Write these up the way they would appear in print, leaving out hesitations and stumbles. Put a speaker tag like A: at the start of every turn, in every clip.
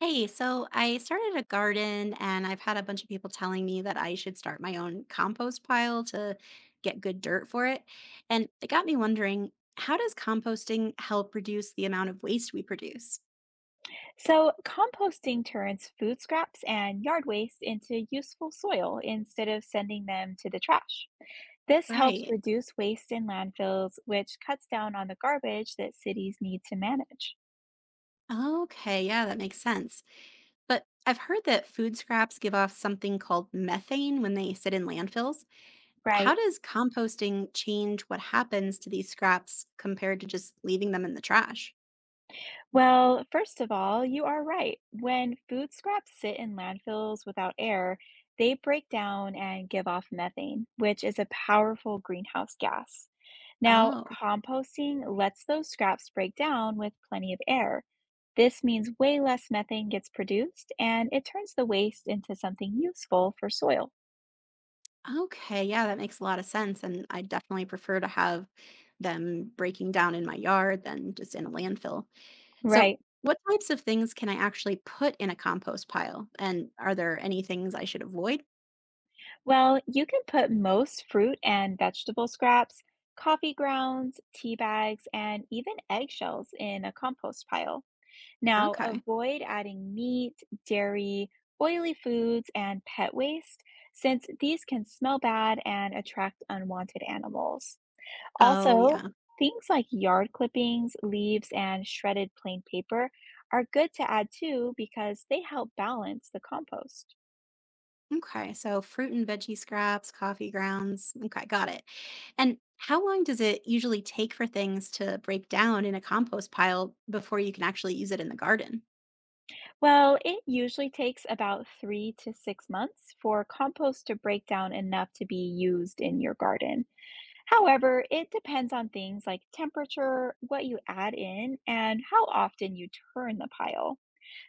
A: Hey, so I started a garden and I've had a bunch of people telling me that I should start my own compost pile to get good dirt for it. And it got me wondering, how does composting help reduce the amount of waste we produce?
B: So, composting turns food scraps and yard waste into useful soil instead of sending them to the trash. This helps
A: Right.
B: reduce waste in landfills, which cuts down on the garbage that cities need to manage.
A: Okay, yeah, that makes sense. But I've heard that food scraps give off something called methane when they sit in landfills. How
B: Right.
A: does composting change what happens to these scraps compared to just leaving them in the trash?
B: Well, first of all, you are right. When food scraps sit in landfills without air, they break down and give off methane, which is a powerful greenhouse gas. Now,
A: Oh.
B: composting lets those scraps break down with plenty of air. This means way less methane gets produced and it turns the waste into something useful for soil.
A: Okay, yeah, that makes a lot of sense. And I definitely prefer to have them breaking down in my yard than just in a landfill. So,
B: Right.
A: what types of things can I actually put in a compost pile? And are there any things I should avoid?
B: Well, you can put most fruit and vegetable scraps, coffee grounds, tea bags, and even eggshells in a compost pile. Now,
A: Okay.
B: avoid adding meat, dairy, oily foods, and pet waste since these can smell bad and attract unwanted animals.
A: Oh,
B: Also,
A: yeah.
B: things like yard clippings, leaves, and shredded plain paper are good to add too because they help balance the compost.
A: Okay. So, fruit and veggie scraps, coffee grounds. Okay, got it. And how long does it usually take for things to break down in a compost pile before you can actually use it in the garden?
B: Well, it usually takes about 3 to 6 months for compost to break down enough to be used in your garden. However, it depends on things like temperature, what you add in, and how often you turn the pile.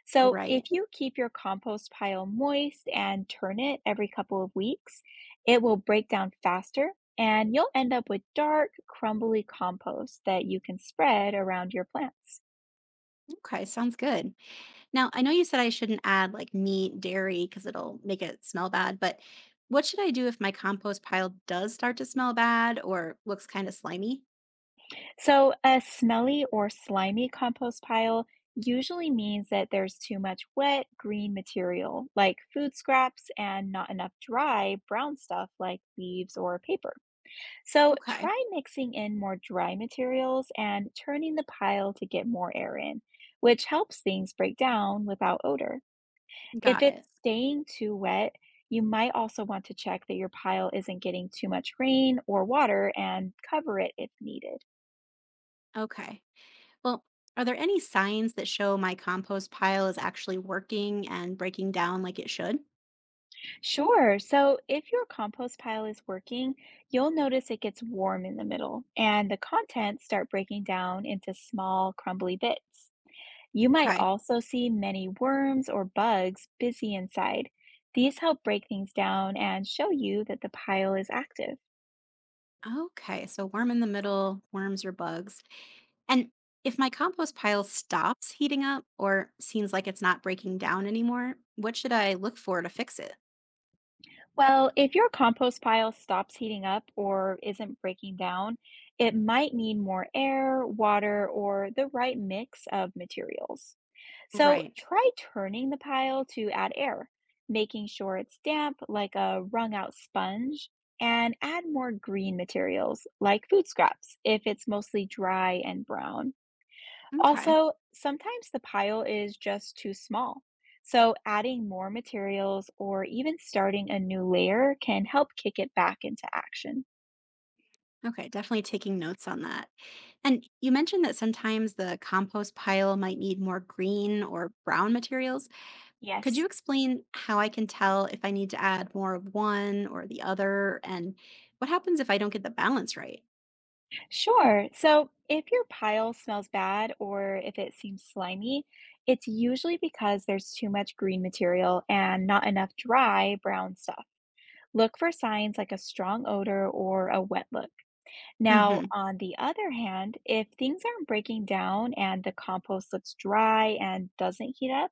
B: So,
A: Right.
B: if you keep your compost pile moist and turn it every couple of weeks, it will break down faster and you'll end up with dark, crumbly compost that you can spread around your plants.
A: Okay, sounds good. Now, I know you said I shouldn't add like meat, dairy, because it'll make it smell bad, but what should I do if my compost pile does start to smell bad or looks kind of slimy?
B: So, a smelly or slimy compost pile usually means that there's too much wet, green material like food scraps and not enough dry, brown stuff like leaves or paper. So
A: Okay,
B: try mixing in more dry materials and turning the pile to get more air in, which helps things break down without odor. If
A: got it.
B: it's staying too wet, you might also want to check that your pile isn't getting too much rain or water and cover it if needed.
A: Okay. Well, are there any signs that show my compost pile is actually working and breaking down like it should?
B: Sure, so if your compost pile is working, you'll notice it gets warm in the middle and the contents start breaking down into small, crumbly bits. You might
A: Okay.
B: also see many worms or bugs busy inside. These help break things down and show you that the pile is active.
A: Okay. So, worm in the middle, worms or bugs. And if my compost pile stops heating up or seems like it's not breaking down anymore, what should I look for to fix it?
B: Well, if your compost pile stops heating up or isn't breaking down, it might need more air, water, or the right mix of materials. So
A: Right.
B: try turning the pile to add air, making sure it's damp like a wrung out sponge, and add more green materials like food scraps if it's mostly dry and brown.
A: Okay.
B: Also, sometimes the pile is just too small. So adding more materials or even starting a new layer can help kick it back into action.
A: Okay. Definitely taking notes on that. And you mentioned that sometimes the compost pile might need more green or brown materials. Could you
B: Yes.
A: explain how I can tell if I need to add more of one or the other? And what happens if I don't get the balance right?
B: Sure. So if your pile smells bad or if it seems slimy, it's usually because there's too much green material and not enough dry brown stuff. Look for signs like a strong odor or a wet look. Now,
A: Hmm.
B: on the other hand, if things aren't breaking down and the compost looks dry and doesn't heat up,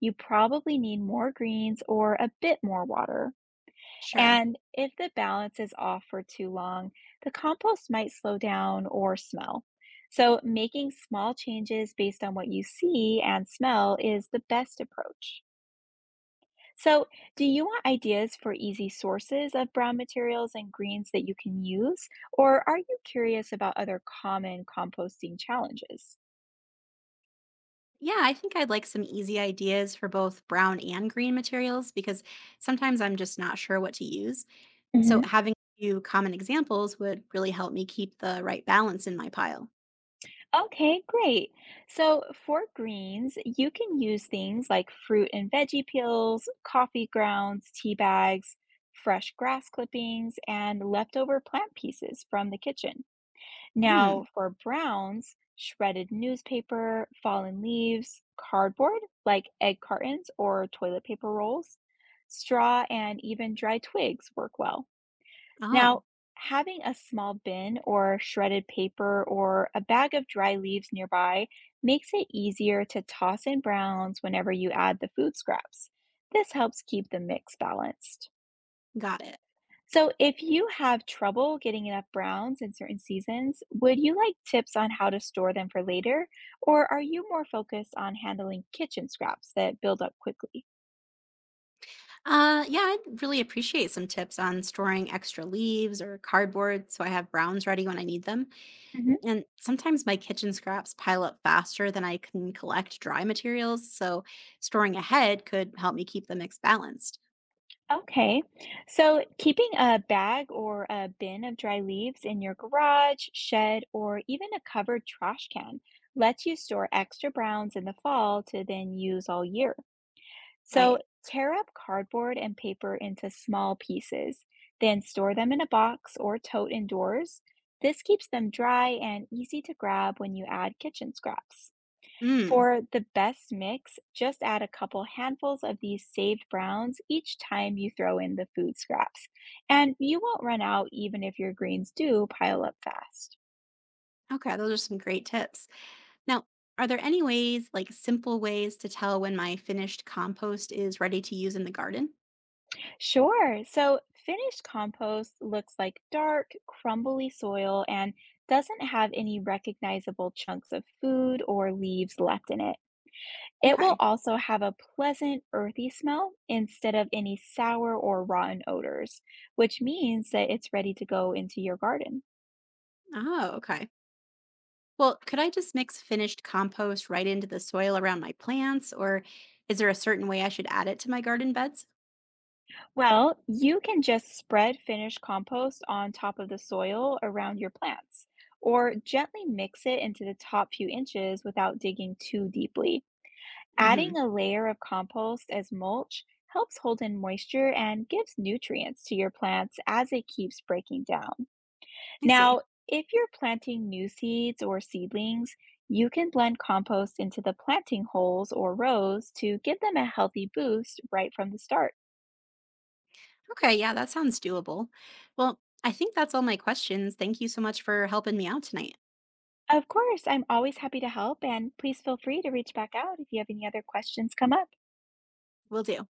B: you probably need more greens or a bit more water.
A: Sure.
B: And if the balance is off for too long, the compost might slow down or smell. So, making small changes based on what you see and smell is the best approach. So, do you want ideas for easy sources of brown materials and greens that you can use? Or are you curious about other common composting challenges?
A: Yeah, I think I'd like some easy ideas for both brown and green materials because sometimes I'm just not sure what to use. So,
B: Mhm.
A: having a few common examples would really help me keep the right balance in my pile.
B: Okay, great. So for greens, you can use things like fruit and veggie peels, coffee grounds, tea bags, fresh grass clippings, and leftover plant pieces from the kitchen.
A: Hmm.
B: Now for browns, shredded newspaper, fallen leaves, cardboard like egg cartons or toilet paper rolls, straw, and even dry twigs work well.
A: Oh.
B: Now, having a small bin or shredded paper or a bag of dry leaves nearby makes it easier to toss in browns whenever you add the food scraps. This helps keep the mix balanced.
A: Got it.
B: So, if you have trouble getting enough browns in certain seasons, would you like tips on how to store them for later? Or are you more focused on handling kitchen scraps that build up quickly?
A: Yeah, I'd really appreciate some tips on storing extra leaves or cardboard so I have browns ready when I need them. And sometimes my kitchen scraps pile up faster than I can collect dry materials, so storing ahead could help me keep the mix balanced.
B: Okay. So keeping a bag or a bin of dry leaves in your garage, shed, or even a covered trash can lets you store extra browns in the fall to then use all year. So
A: Right.
B: tear up cardboard and paper into small pieces, then store them in a box or tote indoors. This keeps them dry and easy to grab when you add kitchen scraps.
A: Mm,
B: For the best mix, just add a couple handfuls of these saved browns each time you throw in the food scraps, and you won't run out even if your greens do pile up fast.
A: okay, those are some great tips. Now, are there any ways, like simple ways, to tell when my finished compost is ready to use in the garden?
B: Sure, so finished compost looks like dark, crumbly soil and doesn't have any recognizable chunks of food or leaves left in it. It will
A: Okay.
B: also have a pleasant, earthy smell instead of any sour or rotten odors, which means that it's ready to go into your garden.
A: Oh, okay. Well, could I just mix finished compost right into the soil around my plants, or is there a certain way I should add it to my garden beds?
B: Well, you can just spread finished compost on top of the soil around your plants, or gently mix it into the top few inches without digging too deeply. Adding
A: Hmm.
B: a layer of compost as mulch helps hold in moisture and gives nutrients to your plants as it keeps breaking down.
A: I see.
B: Now, if you're planting new seeds or seedlings, you can blend compost into the planting holes or rows to give them a healthy boost right from the start.
A: Okay, yeah, that sounds doable. Well, I think that's all my questions. Thank you so much for helping me out tonight.
B: Of course, I'm always happy to help, and please feel free to reach back out if you have any other questions come up.
A: Will do.